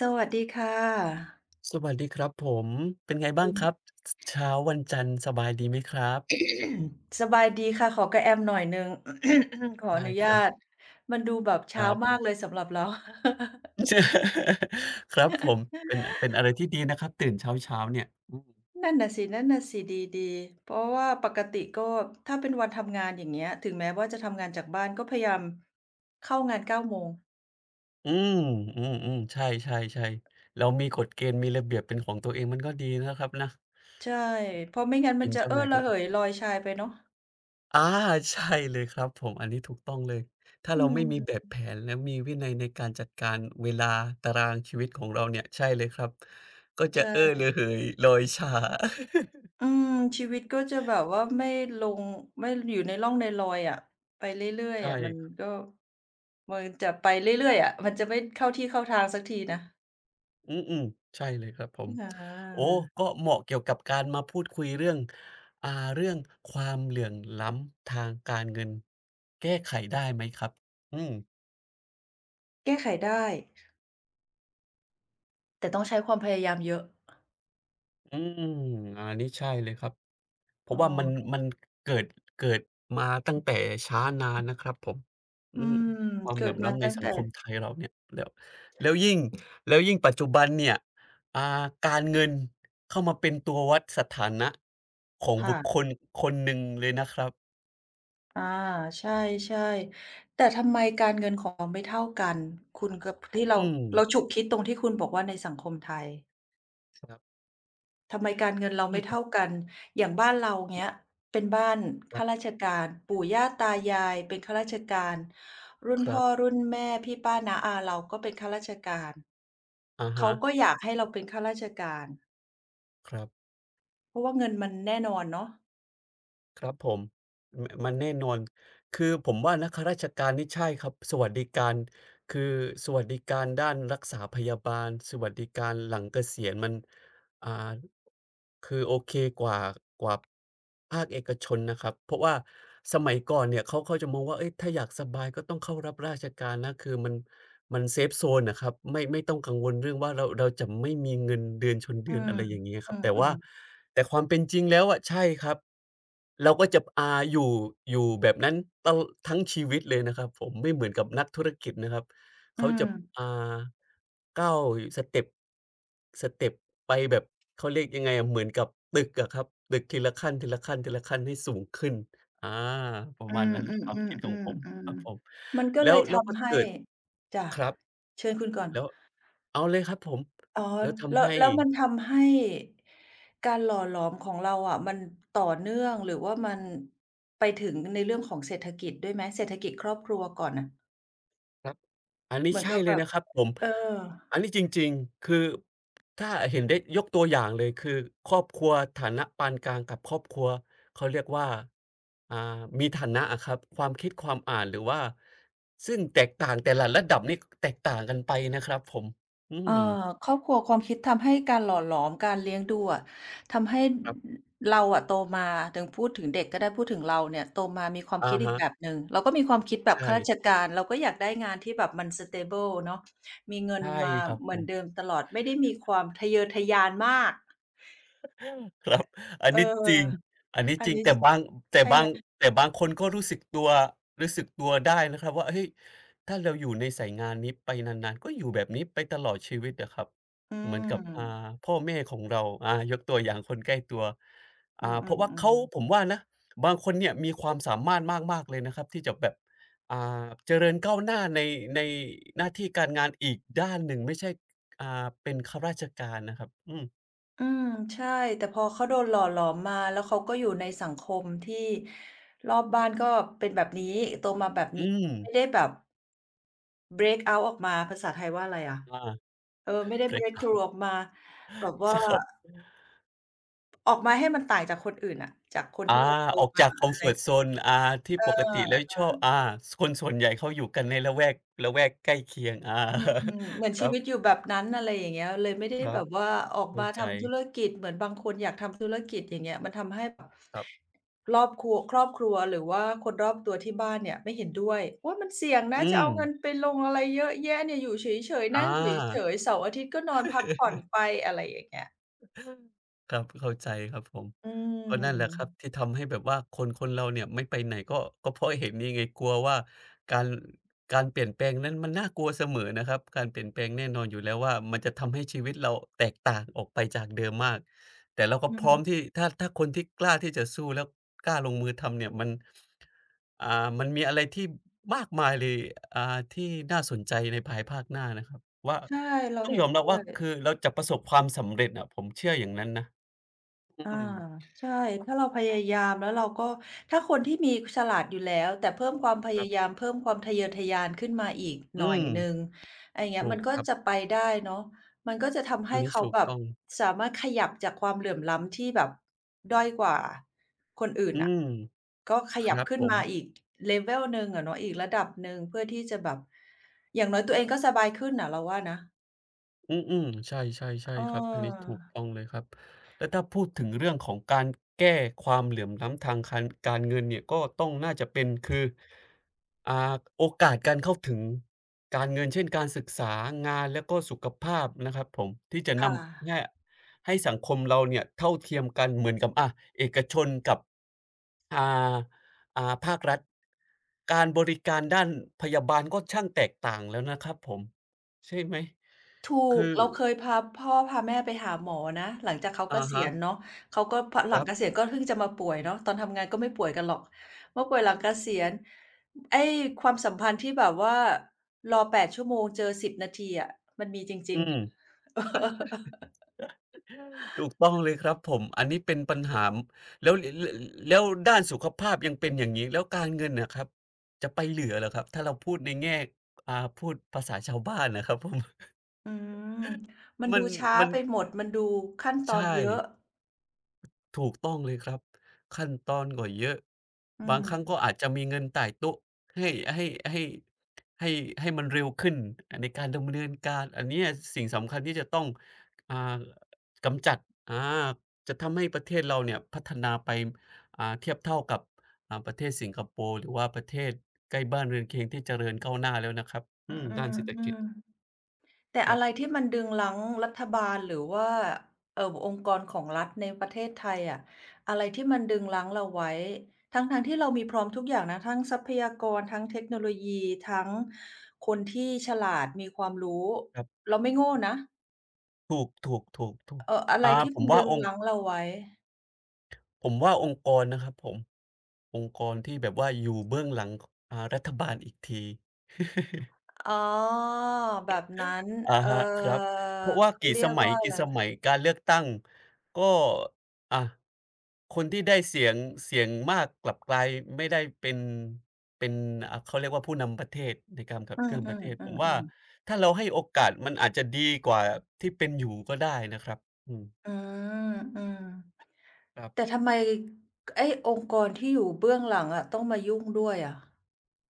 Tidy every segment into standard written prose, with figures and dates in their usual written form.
สวัสดีค่ะสวัสดีครับผมเป็นไงบ้าเป็งนครับเช้าวันจันทร์สบายดีไหมครับสบายดีค่ะขอกระแอมหน่อยหนึ่ง ขอได้อนุคญารัตบมันดูแบบคเช้ารับ มากเลยสำหรับเรา ครับผมเป็นอะไรที่ดีนะครับตื่นเช้าๆเนี่ย นั่นน่ะสินั่นน่ะสิดีดีเพราะว่าปกติก็ถ้าเป็นวันทำงานอย่างเงี้ยถึงแม้ว่าจะทำงานจากบ้านก็พยายามเข้างาน9โมงอืมอืมอืมๆใช่ๆๆเรามีกฎเกณฑ์มีระเบียบเป็นของตัวเองมันก็ดีนะครับนะใช่เพราะไม่งั้นเป็มันนจะเจ้าเอ้นาอยตัวระเอเหงยลอยชายไปเนาะอาใช่เลยครับผมอันนี้ถูกต้องเลยถ้าอืเราไม่มีแบมบแผนและมีวินัยในการจัดการเวลาตารางชีวิตของเราเนี่ยใช่เลยครับก็จะเอ้อใช่ระเหยลอยชา อืมชีวิตก็จะแบบว่าไม่ลงไม่อยู่ในร่องในรอยอะไปเรื่อยใช่ๆอะมันก็ มันจะไปเรื่อยๆอะมันจะไม่เข้าที่เข้าทางสักทีนะอืมๆใช่เลยครับผมอโอ้าก็เหมาะเกี่ยวกับการมาพูดคุยเรื่องอ่าเรื่องความเหลื่อมล้ำทางการเงินแก้ไขได้ไหมครับอืม แก้ไขได้แต่ต้องใช้ความพยายามเยอะอืมอันนี้ใช่เลยครับ เพเราะว่ามันออมันเกิดเกิดมาตั้งแต่ช้านานนะครับผมอือืมมความเกิเหลื่อดมมาล้ำในตั้งสังแต่คมไทยเราเนี่ยแล้วแล้วยิ่งแล้วยิ่งปัจจุบันเนี่ยอ่าการเงินเข้ามาเป็นตัววัดสถานะของบุคคค่ะลคนหนึ่งเลยนะครับ อาใช่ๆแต่ทำไมการเงินของเราไม่เท่ากันคุณกับที่เราอืมเราฉุกคิดตรงที่คุณบอกว่าในสังคมไทย ครับทำไมการเงินเราน่าไม่จะเท่ากันอย่างบ้านเราเงี้ยเป็นบ้านครัข้าราบชการ ปู่ย่าตายายเป็นข้าราชการรุ่นครัพ่บอรุ่นแม่พี่ป้าน้าอาเราก็เป็นข้าราชการ อะเขาฮะก็อยากให้เราเป็นข้าราชการ ครับ เพราะว่าเงินมันแน่นอนเนาะครับผมมันแน่นอนคือผมว่านะข้าราชการนี่ใช่ครับสวัสดิการคือสวัสดิการด้านรักษาพยาบาลสวัสดิการหลังเกษียณมัน อ่าคือโอเคกว่ากว่าภาคเอกชนนะครับเพราะว่าสมัยก่อนเนี่ยเขาจะมองว่าเฮ้ยถ้าอยากสบายก็ต้องเข้ารับราชการนะคือมันเซฟโซนนะครับไม่ต้องกังวลเรื่องว่าเราจะไม่มีเงินเดือนชนเดือือนม อะไรอย่างเงี้ยคอืรับม แต่อืว่ามแต่ความเป็นจริงแล้วอะใช่ครับเราก็จะอยู่แบบนั้นตะทั้งชีวิตเลยนะครับผมไม่เหมือนกับนักธุรกิจนะครับ อืเขามจะอ่าก้าวสเต็ปสเต็ปไปแบบเขาเรียกยังไงอะเหมือนกับตึกอะครับตึกทีละขั้นทีละขั้นทีละขั้นให้สูงขึ้นอาประอืมาณมนั้นอืนะมครับอืมคิดขอืองมผมอืคมรับผมมันก็แล้เลวยก็ทำให้เกิดจ้ะครับเชิญคุณก่อน แล้วเอาเลยครับผมอ๋อแล้วแล้ทำวให้ แล้วมันทำให้การหล่อหลอมของเราอะมันต่อเนื่องหรือว่ามันไปถึงในเรื่องของเศรษฐกิจด้วยไหมเศรษฐกิจครอบครัวก่อนน่ะครับอันนี้เหมือนใช่กับเลแบยบนะครับผมเออ อันนี้จริงๆคือถ้าเห็นได้ยกตัวอย่างเลยคือครอบครัวฐานะปานกลางกับครอบครัวเขาเรียกว่าอ่ามีฐานะอะครับความคิดความอ่านหรือว่าซึ่งแตกต่างแต่ละระดับนี่แตกต่างกันไปนะครับผมอืเอ่มอครอบครัวความคิดทำให้การหล่อหลอมการเลี้ยงดูอะทำให้ครับเราอะโตมาถึงพูดถึงเด็กก็ได้พูดถึงเราเนี่ยโตมามีความอะคิดอีกฮะแบบหนึ่งเราก็มีความคิดแบบใช่ข้าราชการเราก็อยากได้งานที่แบบมันสเตเบิลเนาะมีเงินใช่มาครับเหผมือนม เดิมตลอดไม่ได้มีความทะเยอทะยานมาก ครับอันเออนี้จริงอันนี้อันจริงนี้แต่ชบางแต่ใช่บาไหงมแต่บางคนก็รู้สึกตัวรู้สึกตัวได้นะครับว่าเฮ้ยถ้าเราอยู่ในสายงานนี้ไปนานๆก็อยู่แบบนี้ไปตลอดชีวิตอะครับอืเหมือนกับมพ่อแม่ของเรายกตัวอย่างคนใกล้ตัวอืเพอราะว่าเขาๆผมๆ ว่านะบางคนเนี่ยมีความสามารถมากๆเลยนะครับที่จะแบบอ่าเจริญก้าวหน้าในในหน้าที่การงานอีกด้านหนึ่งไม่ใช่อ่าเป็นข้าราชการนะครับอืมอืมใช่แต่พอเขาโดนหล่อหลอมมาแล้วเขาก็อยู่ในสังคมที่รอบบ้านก็เป็นแบบนี้โตมาแบบนี้อืมไม่ได้แบบ break out ออกมาภาษาไทยว่าอะไรอะอา เออไม่ได้ Break break up through ออกมาแบบว่าใช่ครับออกมาให้มันต่างจากคนอื่นอะจากคนอาที่เราโตออกมาจากคอมอะฟไรอร์ตโซนที่เปกติแล้วออ ชอบคนส่วนใหญ่เขาอยู่กันในละแวกละแวกใกล้เคียงอืมเหมือ นครัชีวิตอบยู่แบบนั้นอะไรอย่างเงี้ยเลยไม่ได้ครัแบบบว่าออกเข้ามาใจทำธุรกิจเหมือนบางคนอยากทำธุรกิจอย่างเงี้ยมันทำให้แบบครับรอบครัวครอบครัวหรือว่าคนรอบตัวที่บ้านเนี่ยไม่เห็นด้วยโอ๊ยมันเสี่ยงนะอืจะมเอาเงินไปลงอะไรเยอะแยะเนี่ยอยู่เฉยอๆนั่งเฉา ยๆเสาร์อาทิตย์ก็นอนพักผ่อนไปอะไรอย่างเงี้ยครับเข้าใจครับผมอืก็นั่นแหละคมรับที่ทำให้แบบว่าคนเราเนี่ยไม่ไปไหนก็เพราะเห็นนี่ไงกลัวว่าการการเปลี่ยนแปลงนั้นมันน่ากลัวเสมอนะครับการเปลี่ยนแปลงแน่นอนอยู่แล้วว่ามันจะทำให้ชีวิตเราแตกต่างออกไปจากเดิมมากแต่เราก็อืพร้อมมที่ถ้าคนที่กล้าที่จะสู้แล้วกล้าลงมือทำเนี่ยมันอ่ามันมีอะไรที่มากมายเลยอ่าที่น่าสนใจในภายภาคหน้านะครับว่าใช่เราต้องเห็ยนอมรัด้บวว่าย คือเราจะประสบความสำเร็จอะผมเชื่ออย่างนั้นนะ อือามใช่ถ้าเราพยายามแล้วเราก็ถ้าคนที่มีฉลาดอยู่แล้วแต่เพิ่มความพครัยายาบมเพิ่มความทะเยอทะยานขึ้นมาอีกหอืน่อมยหนึ่งอะไรอย่างเงี้ยถูมักนก็ครับจะไปได้เนาะมันก็จะทำอัให้นนี้เขาถูกแบบต้องสามารถขยับจากความเหลื่อมล้ำที่แบบด้อยกว่าคนอื่นอืน่ะมก็ขคยับรับขึ้ผนม มาอีก level หนึ่งอะเนาะอีกระดับหนึ่งเพื่อที่จะแบบอย่างน้อยตัวเองก็สบายขึ้นน่ะเราว่านะอืมอืมใช่ใช่ใช่เครับอันนี้ถูออกต้องเลยครับแล้วถ้าพูดถึงเรื่องของการแก้ความเหลื่อมล้ำทางคันการเงินเนี่ยก็ต้องน่าจะเป็นคืออ่าโอกาสการเข้าถึงการเงินเช่นการศึกษางานแล้วก็สุขภาพนะครับผมที่จะนค่ะ ำเนี่ยให้สังคมเราเนี่ยเท่าเทียมกันเหมือนกับอะเอกชนกับอ่าภาครัฐการบริการด้านพยาบาลก็ช่างแตกต่างแล้วนะครับผมใช่ไหม ถูกคือเราเคยพาพ่อพาแม่ไปหาหมอนะหลังจากเขาอะเกษีฮะยณเนาะเขาก็พหคลัรังบ เกษียณก็เพิ่งจะมาป่วยเนาะตอนทำงานก็ไม่ป่วยกันหรอกมาป่วยหลังเกษียณไอ้ความสัมพันธ์ที่แบบว่ารอ8ชั่วโมงเจอ10นาทีอะมันมีจริอืงมๆเอออะถูกต้องเลยครับผม อันนี้เป็นปัญหาแล้วแล้วด้านสุขภาพยังเป็นอย่างงี้แล้วการเงินน่ะครับ จะไปเหลือเหรอครับ ถ้าเราพูดในแง่พูดภาษาชาวบ้านน่ะครับผม อืม มัน มันดูช้ามันไปหมดมันดูขั้นตอนใช่ เยอะถูกต้องเลยครับขั้นตอนก็เยอะอืบางมครั้งก็อาจจะมีเงินต่ายโต๊ะให้ให้ให้ให้ให้มันเร็วขึ้นในการดำเนินการอันเนี้ยสิ่งสำคัญที่จะต้องอ่ากำจัดอาจะทำให้ประเทศเราเนี่ยพัฒนาไปเทียบเท่ากับประเทศสิงคโปร์หรือว่าประเทศใกล้บ้านเรือนเคียงที่เจริญก้าวหน้าแล้วนะครับอือืมด้านเศรษฐกิจอๆๆ แต่ครัอะบไรที่มันดึงรั้งรัฐบาลหรือว่าองค์กรของรัฐในประเทศไทยอะอะไรที่มันดึงรั้งเราไว้ทั้งๆที่เรามีพร้อมทุกอย่างนะทั้งทรัพยากรทั้งเทคโนโลยีทั้งคนที่ฉลาดมีความรู้ครับเราไม่โง่นะถูกๆๆอะๆไรอาที่ผมัมนว่าดึงรั้งเราไว้องค์กรนะครับผมองค์กรที่แบบว่าอยู่เบื้องหลังรัฐบาลอีกที อ๋อแบบนั้นอะเอ่อฮะครับเพราะว่าเขากี่เรีสยกมัยว่าอะกี่ไรสมัยการเลือกตั้งก็อะคนที่ได้เสียงมากกลับกลายไม่ได้เป็นเขาเรียกว่าผู้นำประเทศในการขับอืเคลื่อนประอเทศผมว่าๆๆๆถ้าเราให้โอกาสมันอาจจะดีกว่าที่เป็นอยู่ก็ได้นะครับอืมอืมอืม ครัแต่บ ทำไมไอ้องค์กรที่อยู่เบื้องหลังอะต้องมายุ่งด้วยอะ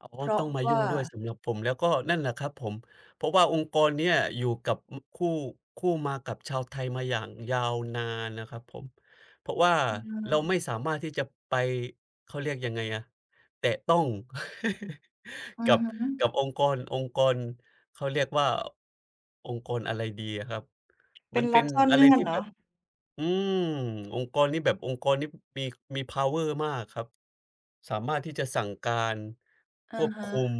อ๋อเพต้ราะองมายุ่ว่างด้วยสำหรับผมแล้วก็นั่นแหละครับผม เพราะว่าองค์กรเนี่ยอยู่กับคู่มากับชาวไทยมาอย่างยาวนานนะครับผม เพราะว่าอืเราไม่มสามารถที่จะไปเขาเรียกยังไงอะแตะต้อง อืกัอบฮึกับองค์กรเขาเรียกว่าองค์กรอะไรดีอะครับ มัเป็นนเป็รันฐซ่อนอะไรเงื่อนที่เหรแบอบอืมองค์กรนี้มีมีเพาว์มากครับสามารถที่จะสั่งการคอะวบคุมฮะ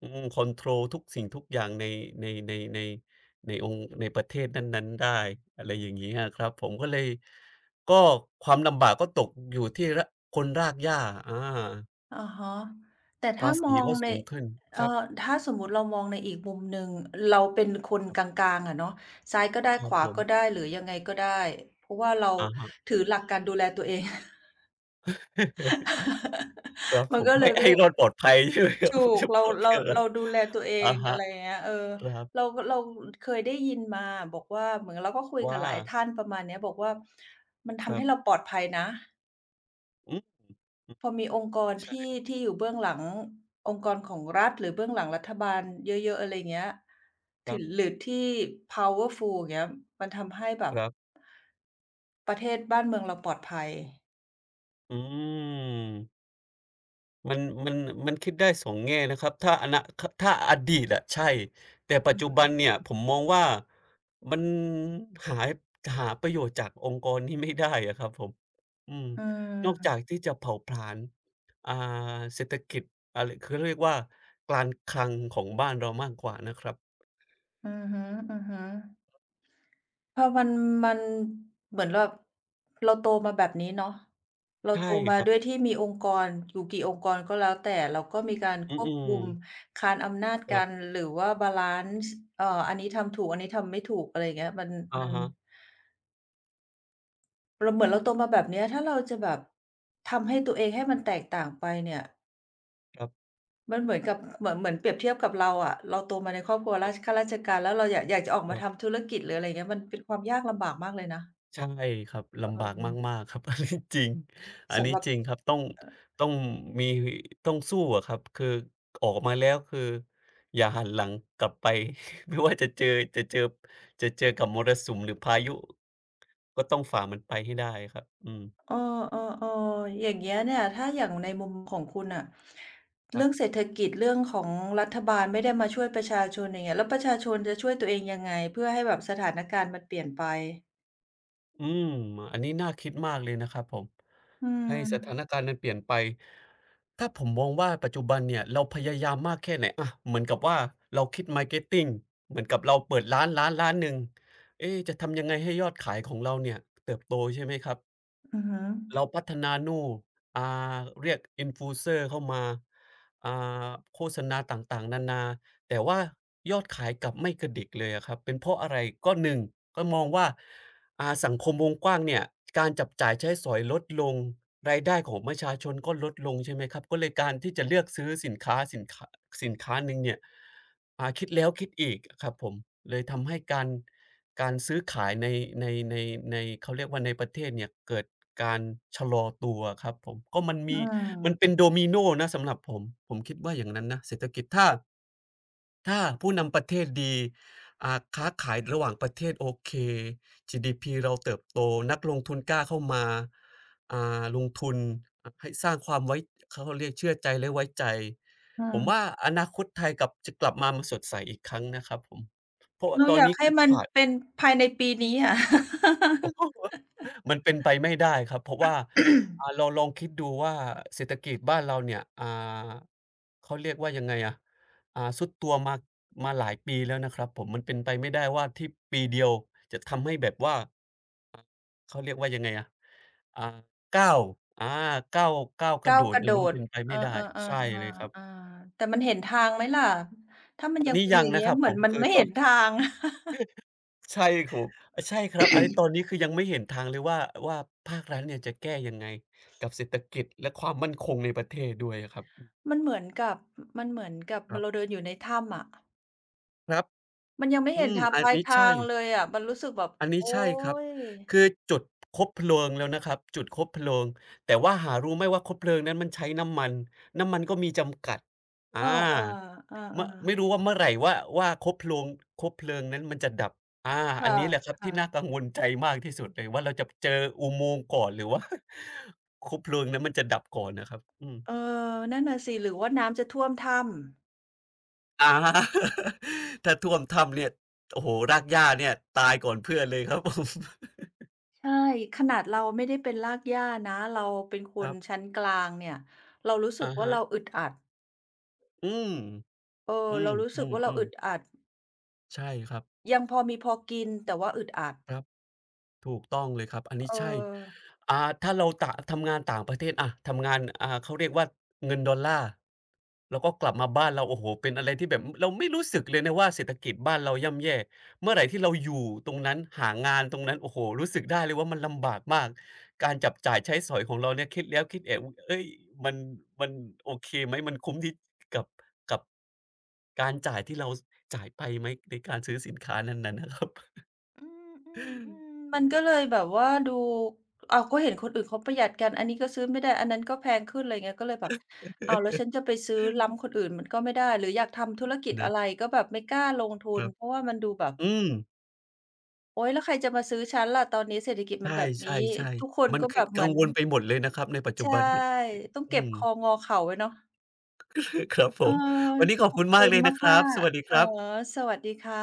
อืมคอนโทรลทุกสิ่งทุกอย่างในในในในองค์ในประเทศนั้นๆได้อะไรอย่างงี้อะครับผมก็เลยก็ความลำบากก็ตกอยู่ที่คนรากหญ้าอาอะฮะแต่ภาถ้ามษีองก็ในสูงขึ้นคเอ่อรับถ้าสมมุติเรามองในอีกมุมหนึ่งเราเป็นคนครักบลางๆอะเนาะซ้ายก็ได้คขรับวาผมก็ได้หรือยังไงก็ได้เพราะว่าเราอะฮะ ถือหลักการดูแลตัวเอง ครับ มัผนม ก็ เลยให้ไม่ รอดปลอดภัยใช่ไหมครับถูกเฉเราพาะเราแค่ เราเราดูแลตัวเออะงอะฮะไรอย่างเงี้ยเออครับเราเราเคยได้ยินมาบอกว่าเหมือนเราก็คุยกับว่าหลายท่านประมาณเนี้ยบอกว่ามันคทำรัให้เราบปลอดภัยนะอืมอือพอมีองค์กรใช่ที่อยู่เบื้องหลังองค์กรของรัฐหรือเบื้องหลังรัฐบาลเยอะๆอะไรเงี้ยครัถึงหบรือที่ powerful อย่างเงี้ยมันทำให้แบคบรับประเทศบ้านเมืองเราปลอดภัยอืม มันมันมันคิดได้สองแง่นะครับถ้าอนาคถ้าอดีตอะใช่แต่ปัจอือจุฮึบันเนี่ยผมมองว่ามันหาหาประโยชน์จากองค์กรนี้ไม่ได้อะครับผมอืมอืนอกจากมที่จะเผาผลาญอ่าเศรษฐกิจอะไรเขาเรียกว่าการคลังของบ้านเรามากกว่านะครับอือฮึๆ เพอมันเหมือนแบบเราโตมาแบบนี้เนาะเราใช่โตมาครับด้วยที่มีองค์กรอยู่กี่องค์กรก็แล้วแต่เราก็มีการอืควบมคุมๆคานอำนาจคกัรันบหรือว่าบาลันซ์อันนี้ทำถูกอันนี้ทำไม่ถูกอะไรอย่างเงี้ยมันอะมันฮะเราเหมือนเราโตมาแบบเนี้ยถ้าเราจะแบบทำให้ตัวเองให้มันแตกต่างไปเนี่ยครับมันเหมือนกับเหมือนเปรียบเทียบกับเราอะเราโตมาในครอบครัวอะราชคข้าราชการแล้วเราอยากจะออกมารับ ทำธุรกิจหรืออะไรอย่างเงี้ยมันเป็นความยากลำบากมากเลยนะใช่ครับลำบากมากๆครับ อันนี้จริงอันสำนี้หรับ จริงครับต้องมีต้องสู้อะครับคือออกมาแล้วคืออย่าหันหลังกลับไป ไม่ว่าจะเจอจะเจอกับมรสุมหรือพายุก็ต้องฝ่ามันไปให้ได้ครับอืมเอออย่างเงี้ยเนี่ยถ้าอย่างในมุมของคุณอะครัเรื่องบ เศรษฐกิจเรื่องของรัฐบาลไม่ได้มาช่วยประชาชนอย่างเงี้ยแล้วประชาชนจะช่วยตัวเองยังไงเพื่อให้แบบสถานการณ์มันเปลี่ยนไปอืมอันนี้น่าคิดมากเลยนะครับผมอืให้สถานมการณ์มันเปลี่ยนไปถ้าผมมองว่าปัจจุบันเนี่ยเราพยายามมากแค่ไหนอะเหมือนกับว่าเราคิด marketing เหมือนกับเราเปิดร้านหนึ่งเอ๊จะทำยังไงให้ยอดขายของเราเนี่ยเติบโตใช่ไหมครับ อือฮึอเราพัฒนานู่นอ่เรียก Influencer เข้ามาอ่าโฆษณาต่างๆนานาแต่ว่ายอดขายกลับไม่กระดิกเลยอะครับเป็นเพราะอะไรก็หนึ่งก็มองว่าสังคมวงกว้างเนี่ยการจับจ่ายใช้สอยลดลงรายได้ของประชาชนก็ลดลงใช่ไหมครับก็เลยการที่จะเลือกซื้อสินค้าหนึ่งเนี่ยคิดแล้วคิดอีกอะครับผมเลยทำให้การซื้อขายในในในเขาเรียกว่าในประเทศเนี่ยเกิดการชะลอตัวครับผมก็มันอืมีมันเป็นมโดมิโนนะสำหรับผมผมคิดว่าอย่างนั้นนะเศรษฐกิจถ้าผู้นำประเทศดีอ่าค้าขายระหว่างประเทศโอเค GDP เราเติบโตนักลงทุนกล้าเข้ามาลงทุนให้สร้างความไว้เขาเรียกเชื่อใจและไว้ใจอืผมว่ามอนาคตไทยกลับจะกลับมามาสดใสอีกครั้งนะครับผมเพราะว่าเราตอนอยากนี้ให้คือมัขนวาด เป็นภายในปีนี้อะ มันเป็นไปไม่ได้ครับเพราะว่าลองคิดดูว่าเศรษฐกิจบ้านเราเนี่ยเขาเรียกว่ายังไงอะทรุดตัวมามาหลายปีแล้วนะครับผมมันเป็นไปไม่ได้ว่าที่ปีเดียวจะทำให้แบบว่าเขาเรียกว่ายังไงอะอ่าก้าวอาก้าวก้าวกระก้าโดวดกระเนี่ยโดมันดเป็นไปเอไม่อๆได้ใช่เลยครับๆๆๆแต่มันเห็นทางไหมล่ะถ้ามัตนอนยังนี้เป็นยัองย่างนะเงี้คยรับเหผมือนมมันคือไม่ตอเห็น นทาง ใช่ครับอาใช่ครับอันนี้ตอนนี้คือยังไม่เห็นทางเลยว่าว่าภาครัฐเนี่ยจะแก้ยังไงกับเศรษฐกิจและความมั่นคงในประเทศด้วยอะครับมันเหมือนกับมันเหมือนกับครัเราบเดินอยู่ในถ้ำอะ ครับมันยังไม่อืเห็นมทางอัปนลายนี้ทาใช่งเลยอะมันรู้สึกแบบอันนี้โอ๊ใช่ครับยคือจุดคบเพลิงแล้วนะครับจุดคบเพลิงแต่ว่าหารู้ไหมว่าคบเพลิงนั้นมันใช้น้ำมันน้ำมันก็มีจำกัดอา เออเมื่อไม่รู้ๆว่าเมื่อไหร่ว่าคบเพลิงนั้นมันจะดับอาอันค่ะนี้แหละครับที่น่าค่ะกังวลใจมากที่สุดเลยว่าเราจะเจออุโมงค์ก่อนหรือว่า คบเพลิงนั้นมันจะดับก่อนนะครับอืมเออนั่นน่ะสิ หรือว่าน้ำจะท่วมถ้ำอา ถ้าท่วมถ้ำเนี่ยโอ้โฮรากหญ้าเนี่ยตายก่อนเพื่อนเลยครับผมใช่ ขนาดเราไม่ได้เป็นรากหญ้านะ เราเป็นคครันบชั้นกลางเนี่ย เรารู้สึกอะว่าฮะเราอึดอัดอืมเอออืเรารู้สึกว่าเรามอึดๆๆอัดใช่ครับยังพอมีพอกินแต่ว่าอึดอัดครับ ถูกต้องเลยครับอันนี้เออ ใช่ถ้าเราทำงานต่างประเทศอะทำงานเขาเรียกว่าเงินดอลลาร์แล้วก็กลับมาบ้านเราโอ้โฮเป็นอะไรที่แบบเราไม่รู้สึกเลยนะว่าเศรษฐกิจบ้านเราย่ำแย่เมื่อไหร่ที่เราอยู่ตรงนั้นหางานตรงนั้นโอ้โฮรู้สึกได้เลยว่ามันลำบากมากการจับจ่ายใช้สอยของเราเนี่ยคิดแล้วคิดอีกเฮ้ยมันมันโอเคไหมมันคุ้มที่กับกับการจ่ายที่เราจ่ายไปไหมในการซื้อสินค้านั้นๆนะครับ อืมอืมอืมมันก็เลยแบบว่าดูอ้าวก็เห็นคนอื่นเขาประหยัดกันอันนี้ก็ซื้อไม่ได้อันนั้นก็แพงขึ้นอะไรเงี้ยก็เลยแบบอ้าวแล้วฉันจะไปซื้อล้ำ คนอื่นมันก็ไม่ได้หรืออยากทำธุรกิจอะไรนะก็แบบไม่กล้าลงทุคนรับเพราะว่ามันดูแบบอืมโอ๊ยแล้วใครจะมาซื้อฉันล่ะตอนนี้เศรษฐกิจใมันแบบนี้ช่ทุกๆคนๆมันก็แบคิดบเหกัมืองนวลไปหมดเลยนะครับในปัจจุใช่บันเนี่ยต้องอืเก็บม คองอเข่าไว้เนาะ ครับผเออมวันนี้ขอขบอคุบณมาคุกณเลยนะคมารับสกวัสดีๆคเออรับสวัสดีค่ะ